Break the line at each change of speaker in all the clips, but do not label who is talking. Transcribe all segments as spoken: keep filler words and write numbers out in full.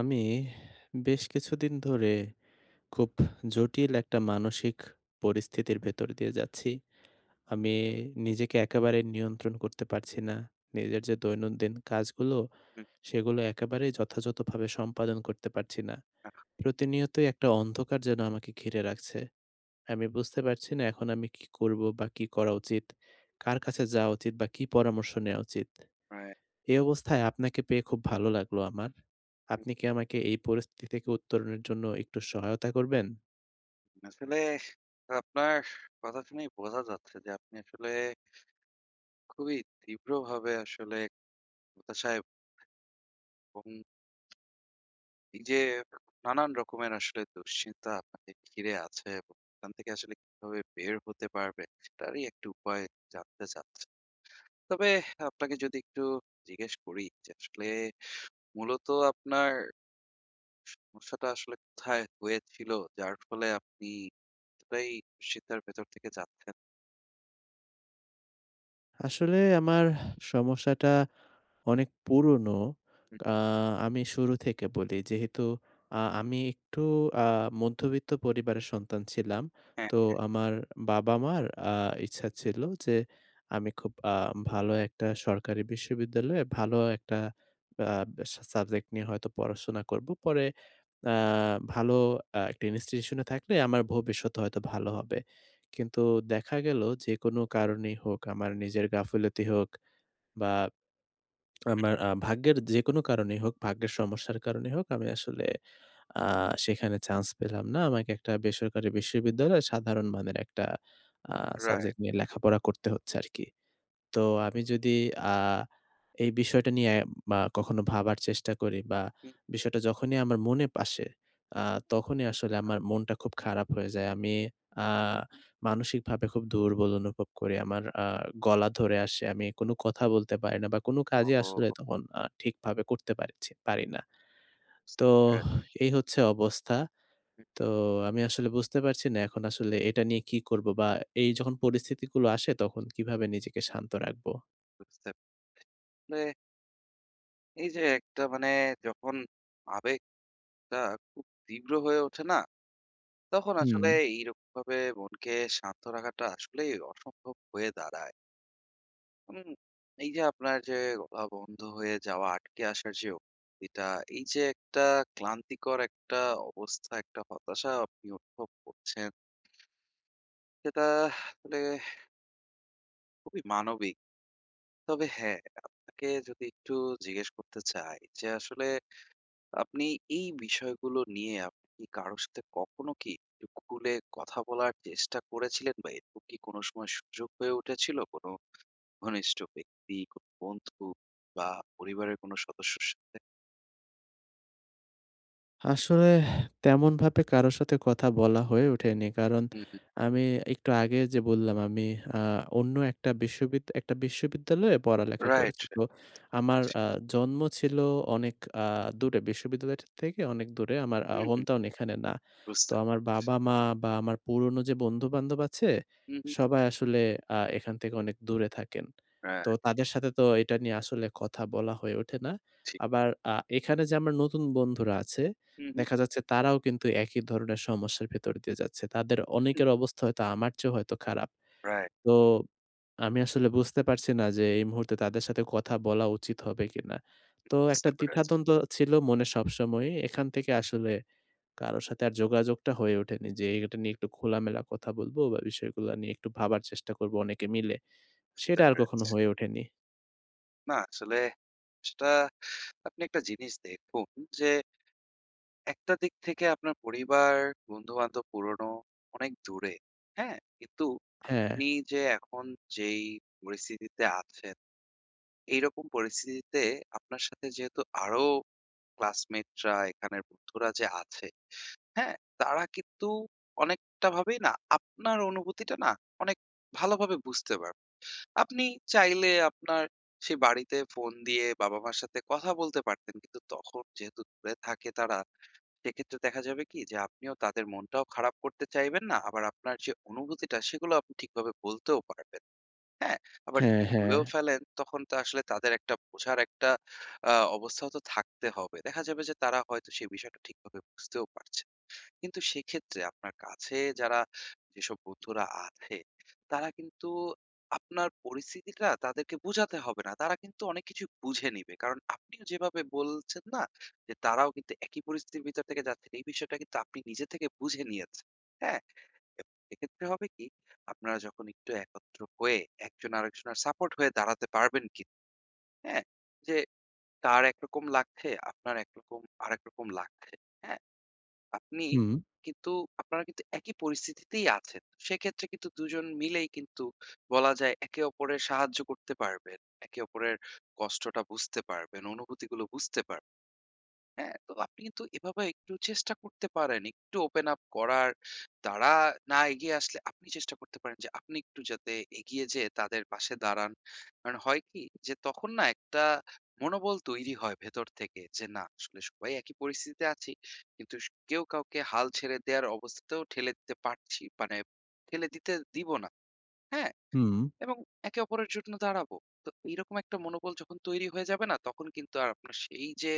আমি বেশ কিছুদিন ধরে খুব জটিল একটা মানসিক পরিস্থিতির ভেতর দিয়ে যাচ্ছি। আমি নিজেকে একেবারে নিয়ন্ত্রণ করতে পারছি না। নিজের যে দৈনন্দিন কাজগুলো,
হুম,
সেগুলো একেবারেই যথাযথভাবে সম্পাদন করতে পারছি না।
আহ,
প্রতিনিয়তই একটা অন্ধকার যেন আমাকে ঘিরে রাখছে। আমি বুঝতে পারছি না এখন আমি কি করব বা কি করা উচিত? কার কাছে যাওয়া উচিত বা কি পরামর্শ নেওয়া উচিত?
right.
এই অবস্থায় আপনাকে পেয়ে খুব ভালো লাগলো আমার।
হুম,
আপনি কি আমাকে এই পরিস্থিতি থেকে উত্তরণের জন্য একটু সহায়তা করবেন?
আসলে আপনার কথা শুনেই বোঝা যাচ্ছে যে আপনি আসলে খুবই তীব্রভাবে আসলে হতাশায় এবং এই যে নানান রকমের আসলে দুশ্চিন্তা আপনাকে ঘিরে আছে এবং এখান থেকে আসলে কিভাবে বের হতে পারবে সেটারই একটু উপায় জানতে চাচ্ছে। তবে আপনাকে যদি একটু জিজ্ঞেস করি যে আসলে মূলত আপনার সমস্যাটা আসলে কোথায় হয়েছিল যার ফলে আপনি এতটাই দুশ্চিন্তার ভেতর থেকে যাচ্ছেন?
আসলে আমার সমস্যাটা অনেক পুরনো।
হুম,
আ আমি শুরু থেকে বলি। যেহেতু আ আমি একটু আ মধ্যবিত্ত পরিবারের সন্তান ছিলাম। তো আমার বাবা-মার আ ইচ্ছা ছিল যে আমি খুব আ ভালো একটা সরকারি বিশ্ববিদ্যালয়ে ভালো একটা আ সা সাবজেক্ট নিয়ে হয়তো পড়াশোনা করব। পরে আ ভালো আ একটা ইনস্টিটিউশনে থাকলে আমার ভবিষ্যৎ হয়তো ভালো হবে। কিন্তু দেখা গেল যেকোনো কারণেই হোক, আমার নিজের গাফিলতি হোক বা আমার আ ভাগ্যের যেকোনো কারণেই হোক, ভাগ্যের সমস্যার কারণেই হোক, আমি আসলে আ সেখানে চান্স পেলাম না। আমাকে একটা বেসরকারি বিশ্ববিদ্যালয়ে সাধারণ মানের একটা আ
হ্যাঁ,
সাবজেক্ট নিয়ে লেখাপড়া করতে হচ্ছে আরকি। তো আমি যদি আ এই বিষয়টা নিয়ে বা কখনো ভাবার চেষ্টা করি বা
হুম,
বিষয়টা যখনই আমার মনে আসে আ তখনই আসলে আমার মনটা খুব খারাপ হয়ে যায়। আমি আ মানসিকভাবে খুব দুর্বল অনুভব করি। আমার আ গলা ধরে আসে। আমি কোনো কথা বলতে পারি না বা কোনো কাজই আসলে
ও,
তখন আ ঠিকভাবে করতে পারছি পারি না। তো
বুঝতে পেরেছি।
এই হচ্ছে অবস্থা। তো আমি আসলে বুঝতে পারছি না এখন আসলে এটা নিয়ে কি করব বা এই যখন পরিস্থিতিগুলো আসে তখন কিভাবে নিজেকে শান্ত রাখবো?
বুঝতে পেরেছি। মানে এই যে একটা মানে যখন আবেগটা খুব তীব্র হয়ে ওঠে না? তখন
হুম।
আসলে এইরকমভাবে মনকে শান্ত রাখাটা আসলেই অসম্ভব হয়ে দাঁড়ায়। হুম, এই যে আপনার যে আ বন্ধ হয়ে যাওয়া, আটকে আসার যে অনুভূতিটা, এই যে একটা ক্লান্তিকর একটা অবস্থা, একটা হতাশা আপনি অনুভব করছেন, সেটা আসলে খুবই মানবিক। তবে হ্যাঁ, আপনাকে যদি একটু জিজ্ঞেস করতে চাই যে আসলে আপনি এই বিষয়গুলো নিয়ে আপনি কি কারো সাথে কখনো কি একটু খুলে কথা বলার চেষ্টা করেছিলেন বা এরকম কি কোনো সময় সুযোগ হয়ে উঠেছিল কোনো ঘনিষ্ঠ ব্যক্তি কোনো বন্ধু বা পরিবারের কোনো সদস্যর সাথে?
আসলে তেমনভাবে কারো সাথে কথা বলা হয়ে ওঠেনি। কারণ
হুম হুম,
আমি একটু আগে যে বললাম আমি আ অন্য একটা বিশ্ববিদ একটা বিশ্ববিদ্যালয়ে পড়ালেখা
রাইট,
করেছি। তো আমার আ জন্ম ছিল অনেক আ দূরে বিশ্ববিদ্যালয়টা থেকে অনেক দূরে। আমার আ
হুম
হোম
হুম,
টাউন এখানে না। তো
বুঝতে
আমার
পেরেছি।
বাবা-মা বা আমার পুরনো যে বন্ধু-বান্ধব আছে
হুম হুম,
সবাই আসলে আ এখান থেকে অনেক দূরে থাকেন। তো
হ্যাঁ,
তাদের সাথে তো এটা নিয়ে আসলে কথা বলা হয়ে ওঠে না।
ঠিক,
আবার আ এখানে যে আমার নতুন বন্ধুরা আছে
হুম হুম,
দেখা যাচ্ছে তারাও কিন্তু একই ধরনের সমস্যার ভেতর দিয়ে যাচ্ছে। তাদের
হুম,
অনেকের অবস্থা হয়তো আমার চেয়েও হয়তো খারাপ।
রাইট,
তো আমি আসলে বুঝতে পারছি না যে এই মুহূর্তে তাদের সাথে কথা বলা উচিত হবে কিনা? তো একটা
বুঝতে পেরেছি,
দ্বিধাদ্বন্দ্ব ছিল মনে সবসময়ই। এখান থেকে আসলে কারো সাথে আর যোগাযোগটা হয়ে ওঠেনি যে এটা নিয়ে একটু খোলামেলা কথা বলবো বা বিষয়গুলা নিয়ে একটু ভাবার চেষ্টা করবো অনেকে মিলে।
বুঝতে
সেটা আর কখনো
পেরেছি,
হয়ে ওঠেনি।
না আসলে সেটা আপনি একটা জিনিস দেখুন যে একটা দিক থেকে আপনার পরিবার, বন্ধু-বান্ধব পুরনো অনেক দূরে। হ্যাঁ? কিন্তু
হ্যাঁ,
আপনি যে এখন যেই পরিস্থিতিতে আছেন, এইরকম পরিস্থিতিতে আপনার সাথে যেহেতু আরো ক্লাসমেটরা, এখানের বন্ধুরা যে আছে, হ্যাঁ? তারা কিন্তু অনেকটা ভাবেই না আপনার অনুভূতিটা না অনেক ভালোভাবে বুঝতে পারবে। আপনি চাইলে আপনার সেই বাড়িতে ফোন দিয়ে বাবা-মার সাথে কথা বলতে পারতেন। কিন্তু তখন যেহেতু দূরে থাকে তারা সেক্ষেত্রে দেখা যাবে কি যে আপনিও তাদের মনটাও খারাপ করতে চাইবেন না আবার আপনার যে অনুভূতিটা সেগুলো আপনি ঠিকভাবে বলতেও পারবেন, হ্যাঁ, আবার
হ্যাঁ,
যদি
হ্যাঁ।
ভুলেও ফেলেন তখন তো আসলে তাদের একটা বোঝার একটা আহ, অবস্থাও তো থাকতে হবে, দেখা যাবে যে তারা হয়তো সেই বিষয়টা ঠিকভাবে বুঝতেও পারছে না। কিন্তু সেক্ষেত্রে আপনার কাছে যারা যেসব বন্ধুরা আছে, তারা কিন্তু আপনার পরিস্থিতিটা তাদেরকে বোঝাতে হবে না। তারা কিন্তু অনেক কিছু বুঝে নিবে। কারণ আপনিও যেভাবে বলছেন না? যে তারাও কিন্তু একই পরিস্থিতির ভিতর থেকে যাচ্ছেন। এই বিষয়টা কিন্তু আপনি নিজে থেকে বুঝে নিয়েছেন। হ্যাঁ? এক্ষেত্রে হবে কি? আপনারা যখন একটু একত্র হয়ে একজন আরেকজনের সাপোর্ট হয়ে দাঁড়াতে পারবেন কিন্তু। হ্যাঁ? যে তার একরকম লাগছে, আপনার একরকম আরেক রকম লাগছে। হ্যাঁ? আপনি
হুম,
কিন্তু আপনারা কিন্তু একই পরিস্থিতিতেই আছেন। সেক্ষেত্রে কিন্তু দুই জন মিলেই কিন্তু বলা যায় একে অপরের সাহায্য করতে পারবেন। একে অপরের কষ্টটা বুঝতে পারবেন, অনুভূতিগুলো বুঝতে পারবেন। হ্যাঁ, তো আপনি কিন্তু এভাবে একটু চেষ্টা করতে পারেন। একটু ওপেন আপ করার, তারা না এগিয়ে আসলে আপনি চেষ্টা করতে পারেন যে আপনি একটু যাতে এগিয়ে যেয়ে তাদের পাশে দাঁড়ান। কারণ হয় কি যে তখন না একটা মনোবল তৈরি হয় ভেতর থেকে যে না আসলে সবাই একই পরিস্থিতিতে আছি। কিন্তু স কেউ কাউকে হাল ছেড়ে দেওয়ার অবস্থাতেও ঠেলে দিতে পারছি মানে ঠেলে দিতে দিব না। হ্যাঁ?
হুম।
এবং একে অপরের জন্য দাঁড়াবো। তো এইরকম একটা মনোবল যখন তৈরি হয়ে যাবে না, তখন কিন্তু আর আপনার সেই যে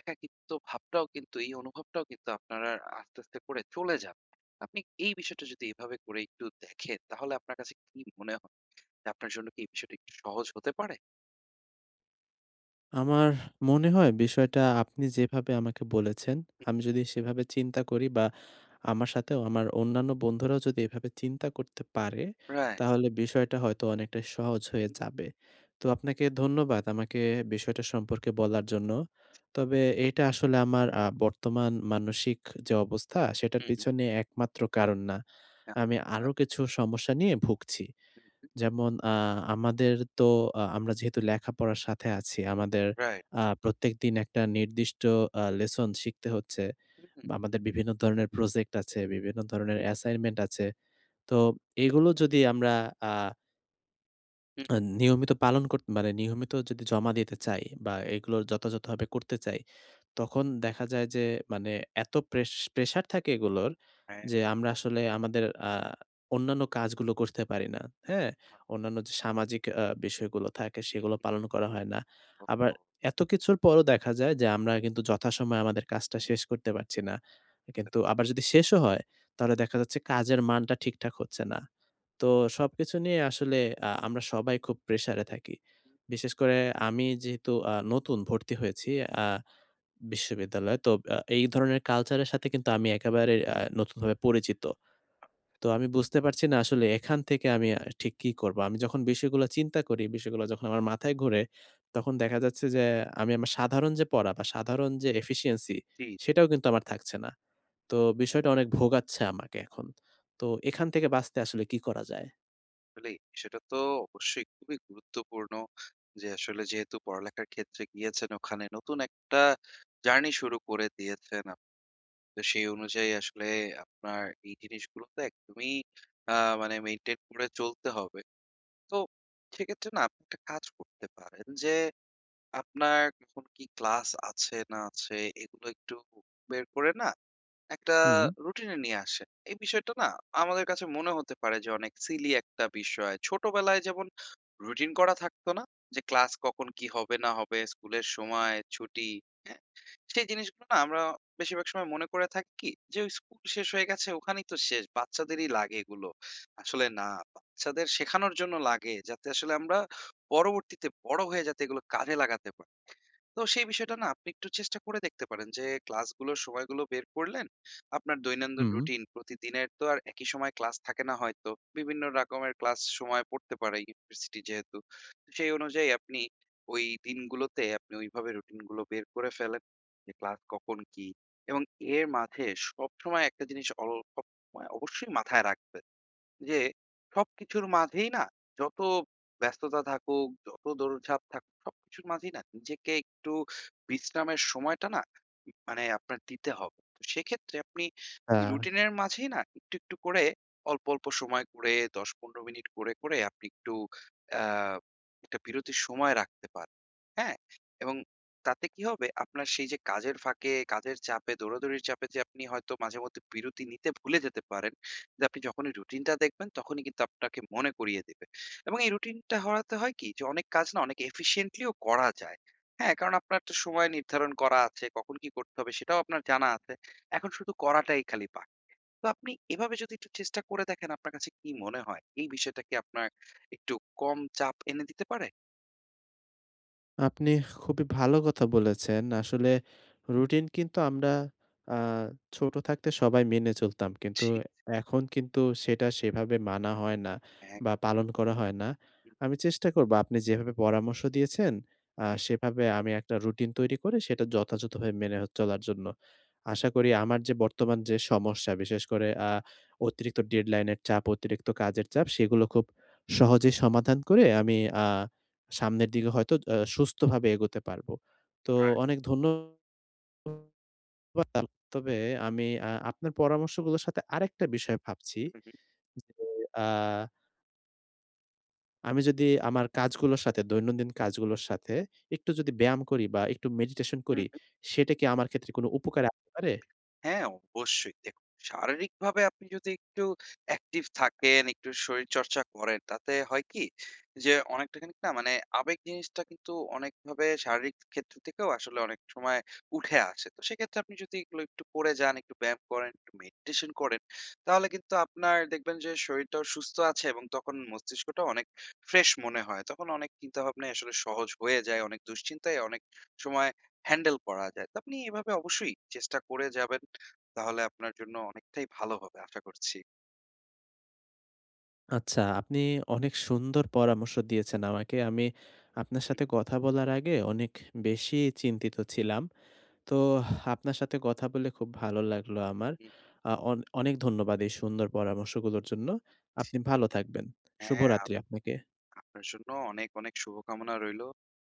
একাকিত্ব ভাবটাও কিন্তু এই অনুভবটাও কিন্তু আপনার আর আস্তে, আস্তে করে চলে যাবে। আপনি এই বিষয়টা যদি এভাবে করে একটু দেখেন, তাহলে আপনার কাছে কি মনে হয়? যে আপনার জন্য কি এই বিষয়টা একটু সহজ হতে পারে?
আমার মনে হয় বিষয়টা আপনি যেভাবে আমাকে বলেছেন,
রাইট।
আমি যদি সেভাবে চিন্তা করি বা আমার সাথেও আমার অন্যান্য বন্ধুরাও যদি এভাবে চিন্তা করতে পারে,
রাইট।
তাহলে বিষয়টা হয়তো অনেকটা সহজ হয়ে
হুম, right.
যাবে। তো আপনাকে ধন্যবাদ আমাকে বিষয়টা সম্পর্কে বলার জন্য। তবে এটা আসলে আমার আ বর্তমান মানসিক যে অবস্থা, সেটার পিছনে একমাত্র কারণ না।
হুম, আ
আমি আরো কিছু সমস্যা নিয়ে ভুগছি।
হুম, হুম,
যেমন আ আমাদের তো আ আমরা যেহেতু লেখাপড়ার সাথে আছি, আমাদের
রাইট।
আ প্রত্যেকদিন একটা নির্দিষ্ট আ লেসন শিখতে হচ্ছে।
হুম, হ্যাঁ, হুম,
বা আমাদের বিভিন্ন ধরনের প্রজেক্ট আছে, বিভিন্ন ধরনের
জি।
অ্যাসাইনমেন্ট আছে। তো এগুলো যদি আমরা আ
হুম,
নিয়মিত পালন করতে মানে নিয়মিত যদি জমা দিতে চাই বা এগুলো যথাযথভাবে করতে চাই তখন দেখা যায় যে মানে এত প্রেস প্রেশার থাকে এগুলোর
হ্যাঁ।
যে আমরা আসলে আমাদের আ অন্যান্য কাজগুলো করতে পারি না। হ্যাঁ? অন্যান্য যে সামাজিক আ বিষয়গুলো থাকে সেগুলো পালন করা হয় না। আবার এত কিছুর পরও দেখা যায় যে আমরা কিন্তু যথাসময়ে আমাদের কাজটা শেষ করতে পারছি না। কিন্তু আবার যদি শেষও হয় তাহলে দেখা যাচ্ছে কাজের মানটা ঠিকঠাক হচ্ছে না। তো সবকিছু নিয়ে আসলে আ আমরা সবাই খুব প্রেশারে থাকি। বিশেষ করে আমি যেহেতু আ নতুন ভর্তি হয়েছি আ বিশ্ববিদ্যালয়ে। তো আ এই ধরনের কালচারের সাথে কিন্তু আমি একেবারে আ নতুনভাবে পরিচিত। তো আমি বুঝতে পারছি না আসলে এখান থেকে আমি আ ঠিক কি করব? আমি যখন বিষয়গুলো চিন্তা করি, বিষয়গুলো যখন আমার মাথায় ঘোরে, তখন দেখা যাচ্ছে যে আমি আমার সাধারণ যে পড়া বা সাধারণ যে efficiency
জি।
সেটাও কিন্তু আমার থাকছে না। তো বিষয়টা অনেক ভোগাচ্ছে আমাকে এখন। তো এখান থেকে বাঁচতে আসলে কি করা যায়?
আসলেই সেটা তো অবশ্যই খুবই গুরুত্বপূর্ণ যে আসলে যেহেতু পড়ালেখার ক্ষেত্রে গিয়েছেন ওখানে নতুন একটা জার্নি শুরু করে দিয়েছেন আপনি। তো সেই অনুযায়ী আসলে আপনার এই জিনিসগুলো তো একদমই আহ, মানে মেনটেন করে চলতে হবে। তো সেক্ষেত্রে না আপনি একটা কাজ করতে পারেন যে আপনার কখন কি ক্লাস আছে না আছে এগুলো একটু বের করে না একটা
হুম।
রুটিনে নিয়ে আসে। এই বিষয়টা না আমাদের কাছে মনে হতে পারে যে অনেক সিলি একটা বিষয়। ছোটবেলায় যেমন রুটিন করা থাকতো না? যে ক্লাস কখন কি হবে না হবে, স্কুলের সময়, ছুটি, হ্যাঁ? সেই জিনিসগুলো না আমরা বেশিরভাগ সময় মনে করে থাকি কি যে ওই স্কুল শেষ হয়ে গেছে ওখানেই তো শেষ। বাচ্চাদেরই লাগে এগুলো। আসলে না, বাচ্চাদের শেখানোর জন্য লাগে যাতে আসলে আমরা পরবর্তীতে বড় হয়ে যাতে এগুলো কাজে লাগাতে পারি। তো সেই বিষয়টা না আপনি একটু চেষ্টা করে দেখতে পারেন যে ক্লাসগুলোর সময়গুলো বের করলেন। আপনার দৈনন্দিন
হুম।
রুটিন প্রতিদিনের তো আর একই সময় ক্লাস থাকে না হয়তো। বিভিন্ন রকমের ক্লাস সময় পড়তে পারে ইউনিভার্সিটি যেহেতু। তো সেই অনুযায়ী আপনি ওই দিনগুলোতে আপনি ওইভাবে রুটিনগুলো বের করে ফেলেন। যে ক্লাস কখন কি? এবং এর মাঝে সবসময় একটা জিনিস অল সবসময় অবশ্যই মাথায় রাখবেন। যে সবকিছুর মাঝেই না যত ব্যস্ততা থাকুক, যত দৌড়ঝাঁপ থাকুক, সবকিছুর মাঝেই না নিজেকে একটু বিশ্রামের সময়টা না মানে আপনার দিতে হবে। তো সেক্ষেত্রে আপনি
আ
ওই রুটিনের মাঝেই না একটু, একটু করে অল্প, অল্প সময় করে দশ থেকে পনেরো মিনিট করে, করে আপনি একটু আ একটা বিরতির সময় রাখতে পারেন। হ্যাঁ? এবং তাতে কি হবে আপনার সেই যে কাজের ফাঁকে, কাজের চাপে, দৌড়াদৌড়ির চাপে যে আপনি হয়তো মাঝেমধ্যে বিরতি নিতে ভুলে যেতে পারেন। যে আপনি যখনই রুটিনটা দেখবেন তখনই কিন্তু আপনাকে মনে করিয়ে দেবে। এবং এই রুটিনটা হওয়াতে হয় কি যে অনেক কাজ না অনেক এফিশিয়েন্টলিও করা যায়। হ্যাঁ, কারণ আপনার একটা সময় নির্ধারণ করা আছে, কখন কি করতে হবে সেটাও আপনার জানা আছে। এখন শুধু করাটাই খালি বাকি। তো আপনি এভাবে যদি একটু চেষ্টা করে দেখেন আপনার কাছে কি মনে হয়? এই বিষয়টা কি আপনার একটু কম চাপ এনে দিতে পারে?
আপনি খুবই ভালো কথা বলেছেন। আসলে রুটিন কিন্তু আমরা আ ছোট থাকতে সবাই মেনে চলতাম।
জি।
কিন্তু এখন কিন্তু সেটা সেভাবে মানা হয় না
হ্যাঁ,
বা পালন করা হয় না।
হুম,
আমি চেষ্টা করব আপনি যেভাবে পরামর্শ দিয়েছেন, আ সেভাবে আমি একটা রুটিন তৈরি করে সেটা যথাযথভাবে মেনে হ চলার জন্য। আশা করি আমার যে বর্তমান যে সমস্যা, বিশেষ করে আ অতিরিক্ত ডেডলাইনের চাপ, অতিরিক্ত কাজের চাপ সেগুলো খুব সহজেই সমাধান করে আমি আ সামনের দিকে হয়তো আ সুস্থভাবে এগোতে পারবো। তো অনেক ধন্যবাদ। তবে আমি আ আপনার পরামর্শগুলোর সাথে আরেকটা বিষয় ভাবছি
হুম, হুম।
যে, আ আমি যদি আমার কাজগুলোর সাথে দৈনন্দিন কাজগুলোর সাথে একটু যদি ব্যায়াম করি বা একটু মেডিটেশন
হুম।
করি, সেটা কি আমার ক্ষেত্রে কোনো উপকারে আসতে পারে?
হ্যাঁ, অবশ্যই। দেখুন, শারীরিকভাবে আপনি যদি একটু অ্যাক্টিভ থাকেন, একটু শরীরচর্চা করেন, তাতে হয় কি? যে অনেকটা খানিক না মানে আবেগ জিনিসটা কিন্তু অনেকভাবে শারীরিক ক্ষেত্র থেকেও আসলে অনেক সময় উঠে আসে। তো সেক্ষেত্রে আপনি যদি এগুলো একটু করে যান, একটু ব্যায়াম করেন, একটু মেডিটেশন করেন, তাহলে কিন্তু আপনার দেখবেন যে শরীরটাও সুস্থ আছে এবং তখন মস্তিষ্কটাও অনেক ফ্রেশ মনে হয়। তখন অনেক চিন্তাভাবনাই আসলে সহজ হয়ে যায়, অনেক দুশ্চিন্তায় অনেক সময় হ্যান্ডেল করা যায়। তো আপনি এভাবে অবশ্যই চেষ্টা করে যাবেন। তাহলে আপনার জন্য অনেকটাই ভালো হবে আশা করছি।
আচ্ছা, আপনি অনেক সুন্দর পরামর্শ দিয়েছেন আমাকে। আমি আপনার
হুম,
সাথে কথা বলার আগে অনেক বেশি চিন্তিত ছিলাম। তো আপনার সাথে কথা বলে খুব ভালো লাগলো আমার।
হুম।
আ অন অনেক ধন্যবাদ এই সুন্দর পরামর্শগুলোর জন্য। আপনি ভালো থাকবেন।
হ্যাঁ, আপ
শুভরাত্রি আপনাকে।
আপনার জন্য অনেক, অনেক শুভকামনা রইলো।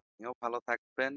আপনিও ভালো থাকবেন।